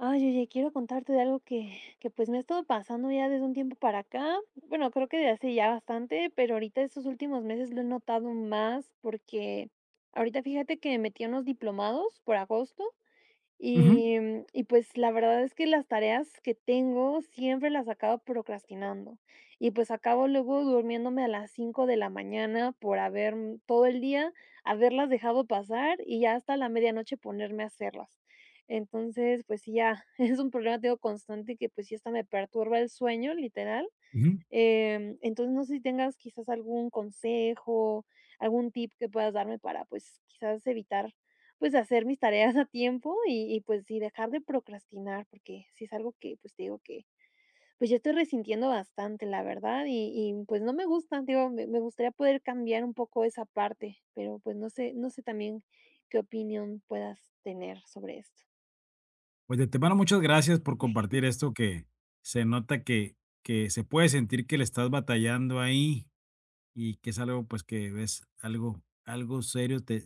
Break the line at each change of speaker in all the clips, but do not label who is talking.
Ay, oye, quiero contarte de algo que pues me ha estado pasando ya desde un tiempo para acá. Bueno, creo que de hace ya bastante, pero ahorita estos últimos meses lo he notado más porque ahorita fíjate que me metí a unos diplomados por agosto
Ujú,
y pues la verdad es que las tareas que tengo siempre las acabo procrastinando y pues acabo luego durmiéndome a las 5 de la mañana por haber todo el día haberlas dejado pasar y ya hasta la medianoche ponerme a hacerlas. Entonces, pues sí, ya es un problema, tengo constante que pues sí hasta me perturba el sueño, literal.
ujú.
Entonces, no sé si tengas quizás algún consejo, algún tip que puedas darme para, pues, quizás evitar, pues, hacer mis tareas a tiempo y, pues, y dejar de procrastinar, porque sí es algo que, pues, te digo que, pues, ya estoy resintiendo bastante, la verdad, y, pues, no me gusta, digo, me gustaría poder cambiar un poco esa parte, pero, pues, no sé también qué opinión puedas tener sobre esto.
Pues, de antemano, muchas gracias por compartir esto que se nota, que se puede sentir que le estás batallando ahí, y que es algo, pues, que ves algo serio, te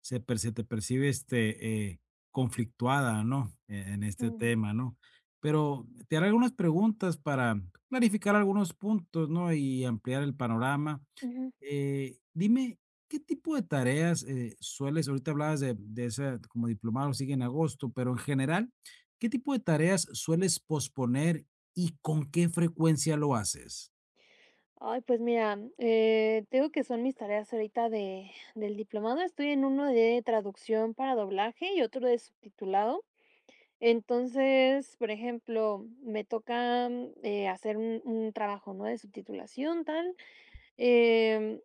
se per se te percibe, conflictuada, ¿no?, en este
Mm.
tema, ¿no? Pero te haré algunas preguntas para clarificar algunos puntos, ¿no?, y ampliar el panorama.
Ujú.
Dime, ¿qué tipo de tareas, sueles? Ahorita hablabas de ese como diplomado, sigue en agosto, pero en general, ¿qué tipo de tareas sueles posponer y con qué frecuencia lo haces?
Ay, pues mira, te digo que son mis tareas ahorita del diplomado. Estoy en uno de traducción para doblaje y otro de subtitulado. Entonces, por ejemplo, me toca hacer un trabajo, ¿no? De subtitulación, tal. em,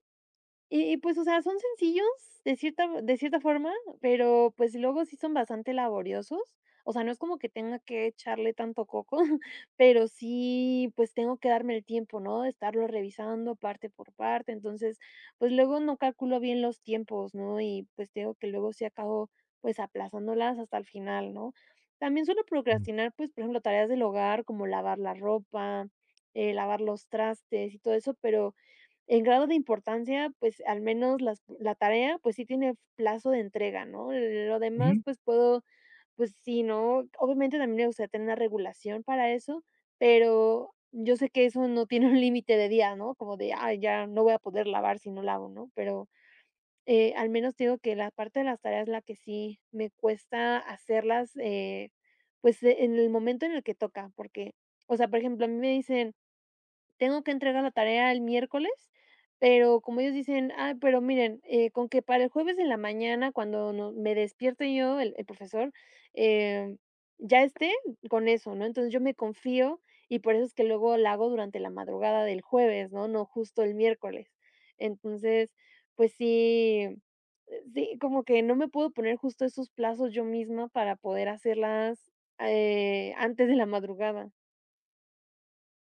y pues, o sea, son sencillos de cierta forma, pero, pues, luego sí son bastante laboriosos. O sea, no es como que tenga que echarle tanto coco, pero sí, pues, tengo que darme el tiempo, ¿no?, de estarlo revisando parte por parte. Entonces, pues, luego no calculo bien los tiempos, ¿no? Y, pues, te digo que luego sí acabo, pues, aplazándolas hasta el final, ¿no? También suelo procrastinar, pues, por ejemplo, tareas del hogar como lavar la ropa, lavar los trastes y todo eso, pero en grado de importancia, pues, al menos las la tarea, pues, sí tiene plazo de entrega, ¿no? Lo demás,
Ujú.
pues, puedo, pues sí, ¿no? Obviamente, también me gustaría tener una regulación para eso, pero yo sé que eso no tiene un límite de día, ¿no? Como de: "Ah, ya no voy a poder lavar si no lavo", ¿no? Pero, al menos digo que la parte de las tareas la que sí me cuesta hacerlas, pues, en el momento en el que toca, porque, o sea, por ejemplo, a mí me dicen tengo que entregar la tarea el miércoles, pero como ellos dicen: "Ah, pero miren, con que para el jueves en la mañana, cuando no me despierte yo, el profesor, eh, ya esté", con eso, ¿no? Entonces, yo me confío y por eso es que luego la hago durante la madrugada del jueves, ¿no? No justo el miércoles. Entonces, pues sí, sí, como que no me puedo poner justo esos plazos yo misma para poder hacerlas, antes de la madrugada.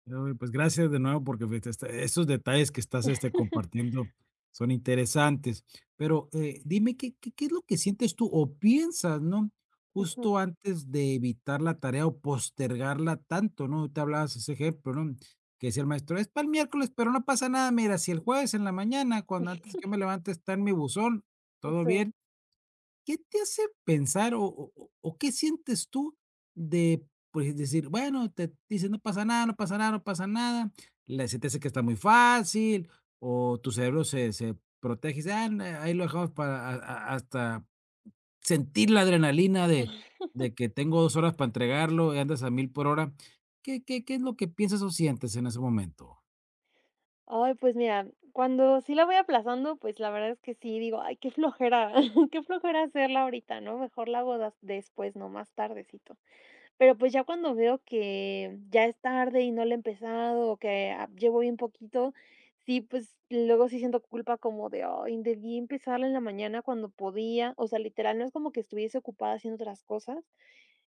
Uy, pues gracias de nuevo porque, pues, esos detalles que estás compartiendo son interesantes. Pero, dime, ¿qué es lo que sientes tú o piensas, ¿no?
Ujú.
Justo antes de evitar la tarea o postergarla tanto, ¿no? Te hablabas ese ejemplo, ¿no? Que decía el maestro, es para el miércoles, pero no pasa nada. Mira, si el jueves en la mañana, cuando antes que yo me levante está en mi buzón, todo
Sí.
bien. ¿Qué te hace pensar o qué sientes tú de, pues, decir, bueno, te dicen: "No pasa nada, no pasa nada, no pasa nada", la se te hace que está muy fácil, o tu cerebro se protege y dice: "Ah, n ahí lo dejamos para a hasta sentir la adrenalina de que tengo 2 horas para entregarlo", y andas a 1000 por hora. ¿Qué es lo que piensas o sientes en ese momento?
Ay, pues mira, cuando sí la voy aplazando, pues la verdad es que sí digo: "Ay, qué flojera, qué flojera hacerla ahorita, ¿no? Mejor la hago das después, ¿no? Más tardecito". Pero, pues, ya cuando veo que ya es tarde y no la he empezado o que a llevo bien poquito, sí, pues, luego sí siento culpa como de: "Ay, debí empezarla en la mañana cuando podía". O sea, literal, no es como que estuviese ocupada haciendo otras cosas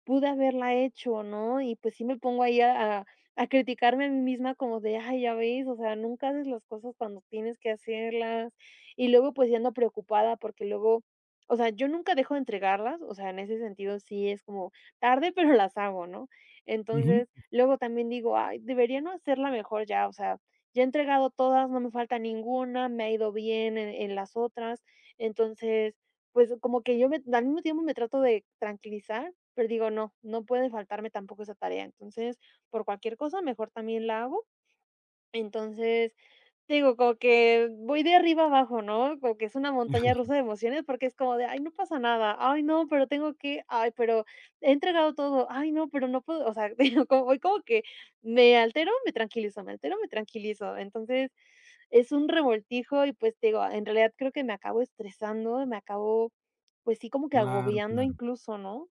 pude haberla hecho, ¿no? Y pues sí me pongo ahí a criticarme a mí misma como de, ay, ya ves, o sea, nunca haces las cosas cuando tienes que hacerlas. Y luego pues ya ando preocupada porque luego, o sea, yo nunca dejo de entregarlas, o sea, en ese sentido sí es como tarde, pero las hago, ¿no?
Ujú.
Entonces, luego también digo, ay, debería no hacerla mejor ya, o sea, ya he entregado todas, no me falta ninguna, me ha ido bien en, las otras. Entonces, pues como que yo me- al mismo tiempo me trato de tranquilizar pero digo, no, no puede faltarme tampoco esa tarea. Entonces, por cualquier cosa, mejor también la hago. Entonces, te digo, como que voy de arriba abajo, ¿no? Como que es una montaña rusa de emociones porque es como de, ay, no pasa nada, ay, no, pero tengo que, ay, pero he entregado todo, ay, no, pero no puedo, o sea, digo, como, voy como que me altero, me tranquilizo, me altero, me tranquilizo. Entonces, es un revoltijo y pues te digo, en realidad creo que me acabo estresando, me acabo, pues sí, como que
Claro,
agobiando
claro.
incluso, ¿no?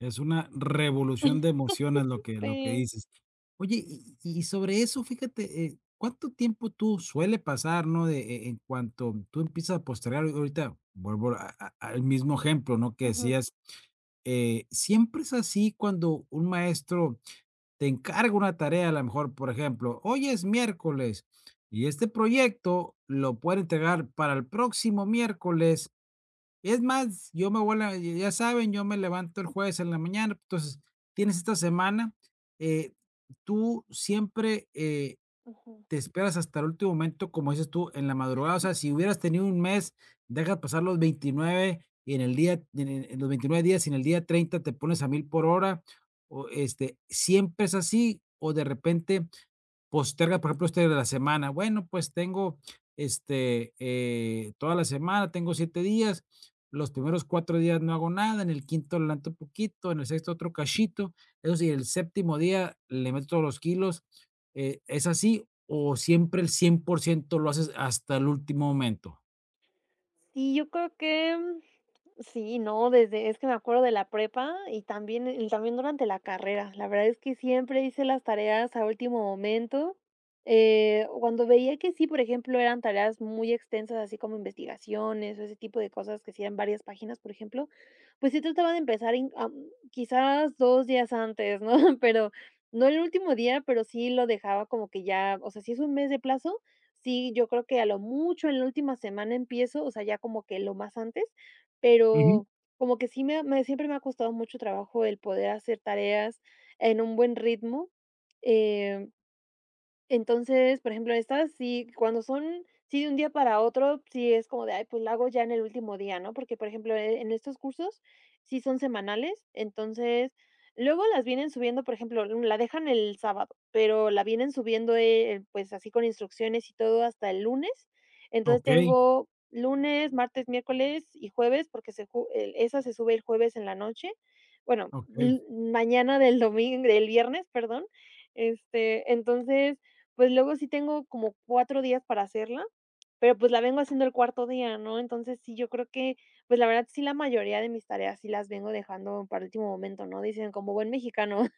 Es una revolución de emociones lo que
Sí.
dices. Oye, y sobre eso, fíjate, ¿cuánto tiempo tú suele pasar, no? De, en cuanto tú empiezas a postergar, ahorita vuelvo a al mismo ejemplo, ¿no? Que
Ujú.
decías, siempre es así cuando un maestro te encarga una tarea, a lo mejor, por ejemplo, hoy es miércoles y este proyecto lo puede entregar para el próximo miércoles. Es más, yo me voy a la, ya saben, yo me levanto el jueves en la mañana. Entonces, tienes esta semana. eh, tú siempre,
Ujú.
te esperas hasta el último momento, como dices tú, en la madrugada. O sea, si hubieras tenido un mes, dejas pasar los 29, y en el día en los 29 días, y en el día 30 te pones a 1000 por hora. O, ¿siempre es así, o de repente posterga, por ejemplo, de la semana? Bueno, pues tengo, toda la semana, tengo 7 días. Los primeros 4 días no hago nada, en el quinto adelanto un poquito, en el sexto otro cachito. Eso sí, el séptimo día le meto todos los kilos. ¿Es así, o siempre el 100% lo haces hasta el último momento?
Sí, yo creo que, sí, no, desde es que me acuerdo de la prepa y también durante la carrera. La verdad es que siempre hice las tareas a último momento, cuando veía que sí, por ejemplo, eran tareas muy extensas, así como investigaciones o ese tipo de cosas que sí eran varias páginas, por ejemplo, pues sí trataba de empezar quizás 2 días antes, ¿no? Pero no el último día, pero sí lo dejaba como que ya, o sea, si es un mes de plazo, sí, yo creo que a lo mucho en la última semana empiezo, o sea, ya como que lo más antes,
Ujú.
pero como que sí me ha me siempre me ha costado mucho trabajo el poder hacer tareas en un buen ritmo, em entonces, por ejemplo, estas sí, cuando son sí de un día para otro, sí es como de, ay, pues la hago ya en el último día, ¿no? Porque, por ejemplo, en estos cursos sí son semanales, entonces luego las vienen subiendo, por ejemplo, la dejan el sábado, pero la vienen subiendo pues así con instrucciones y todo hasta el lunes. Entonces
Okey,
tengo lunes, martes, miércoles y jueves, porque se, esa se sube el jueves en la noche. Bueno,
okey.
mañana del domingo, del viernes, perdón. Entonces pues, luego sí tengo como 4 días para hacerla, pero, pues, la vengo haciendo el cuarto día, ¿no? Entonces, sí, yo creo que, pues, la verdad, sí, la mayoría de mis tareas sí las vengo dejando para último momento, ¿no? Dicen como buen mexicano.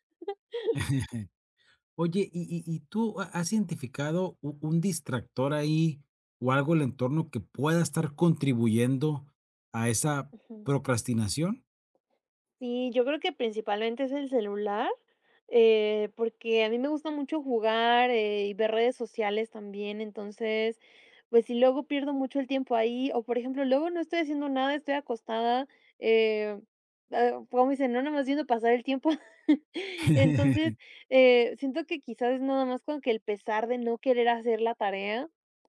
Oye, ¿y tú ha has identificado u un distractor ahí, o algo en el entorno que pueda estar contribuyendo a esa
Ujú.
procrastinación?
Sí, yo creo que principalmente es el celular, porque a mí me gusta mucho jugar, y ver redes sociales también, entonces, pues si luego pierdo mucho el tiempo ahí, o por ejemplo, luego no estoy haciendo nada, estoy acostada, eh, ah, como dicen, no, nada más viendo pasar el tiempo. Entonces, siento que quizás es nada más como que el pesar de no querer hacer la tarea,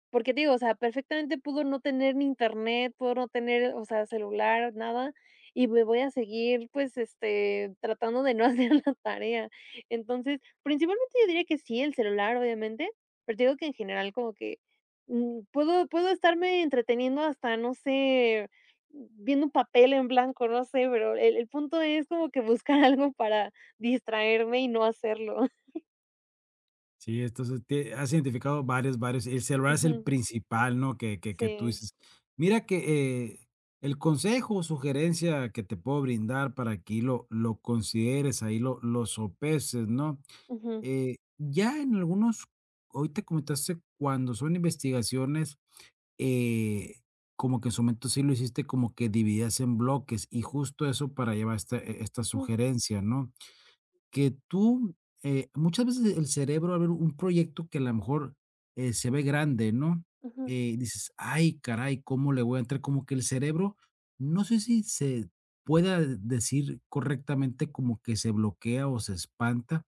porque te digo, o sea, perfectamente pudo no tener ni internet, pudo no tener, o sea, celular, nada, y me voy a seguir, pues, tratando de no hacer la tarea. Entonces, principalmente yo diría que sí, el celular, obviamente, pero te digo que en general como que puedo estarme entreteniendo hasta, no sé, viendo un papel en blanco, no sé, pero el punto es como que buscar algo para distraerme y no hacerlo.
Sí, entonces te has identificado varios, varios, el celular es el
Ujú.
principal, ¿no? Que tú
Sí.
dices, mira que, el consejo o sugerencia que te puedo brindar para que ahí lo consideres, ahí lo sopeses, ¿no?
Ujú.
Ya en algunos, ahorita comentaste cuando son investigaciones, eh, como que en su momento sí lo hiciste, como que dividías en bloques y justo eso para llevar esta
Ujú.
sugerencia, ¿no? Que tú, muchas veces el cerebro, a ver, un proyecto que a lo mejor, se ve grande, ¿no?
Ujú.
Dices: "Ay, caray, ¿cómo le voy a entrar?". Como que el cerebro, no sé si se pueda decir correctamente, como que se bloquea o se espanta,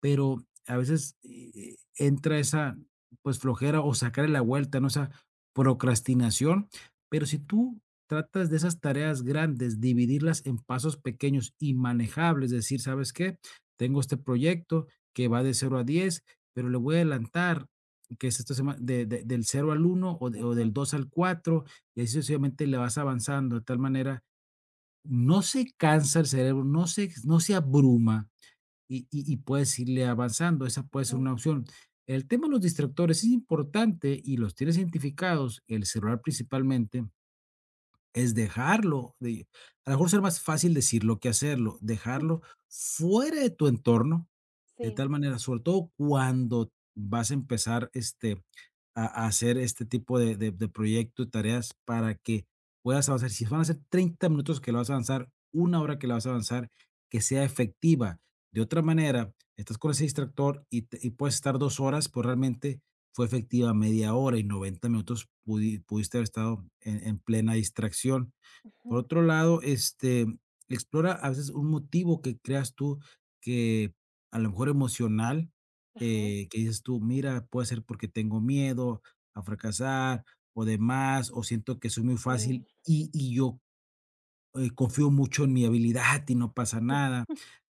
pero a veces, entra esa, pues, flojera o sacarle la vuelta, ¿no? Esa procrastinación. Pero si tú tratas de esas tareas grandes, dividirlas en pasos pequeños y manejables, decir: "¿Sabes qué? Tengo este proyecto que va de cero a 10, pero le voy a adelantar que es esta sema de del cero al uno, o del
Ujú.
2 al cuatro, y así sucesivamente le vas avanzando, de tal manera no se cansa el cerebro, no se abruma, y puedes irle avanzando. Esa puede ser
Ujú.
una opción. El tema de los distractores es importante y los tienes identificados, el celular principalmente. Es dejarlo, de, a lo mejor ser más fácil decirlo que hacerlo, dejarlo fuera de tu entorno, de tal
Sí.
manera, sobre todo cuando vas a empezar, a hacer este tipo de proyecto y tareas para que puedas avanzar. Si van a ser 30 minutos que lo vas a avanzar, 1 hora que la vas a avanzar, que sea efectiva. De otra manera, estás con ese distractor y te y puedes estar 2 horas, pues, realmente fue efectiva media hora y 90 minutos pudiste haber estado en plena distracción. Por
Ujú.
otro lado, explora a veces un motivo que creas tú que a lo mejor emocional,
Ajá.
que dices tú, mira, puede ser porque tengo miedo a fracasar o demás, o siento que soy muy fácil
eh,
y yo confío mucho en mi habilidad y no pasa nada,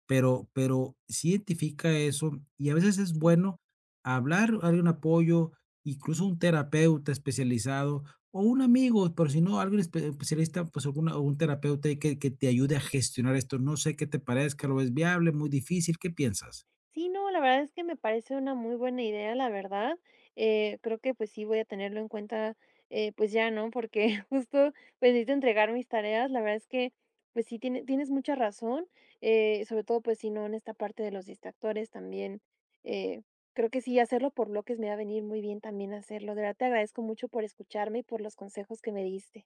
pero sí identifica eso, y a veces es
Sí.
bueno hablar, darle un apoyo, incluso un terapeuta especializado o un amigo, pero si no, alguien especialista, pues alguna o un terapeuta ahí que te ayude a gestionar esto. No sé qué te parezca, ¿lo ves viable, muy difícil? ¿Qué piensas?
Sí, no, la verdad es que me parece una muy buena idea, la verdad. Creo que pues sí voy a tenerlo en cuenta, pues ya, ¿no? Porque justo pues, necesito entregar mis tareas. La verdad es que pues sí tienes mucha razón, sobre todo pues si no en esta parte de los distractores también. eh, creo que sí, hacerlo por bloques me va a venir muy bien también hacerlo. De verdad te agradezco mucho por escucharme y por los consejos que me diste.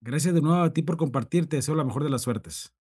Gracias de nuevo a ti por compartirte. Deseo la mejor de las suertes.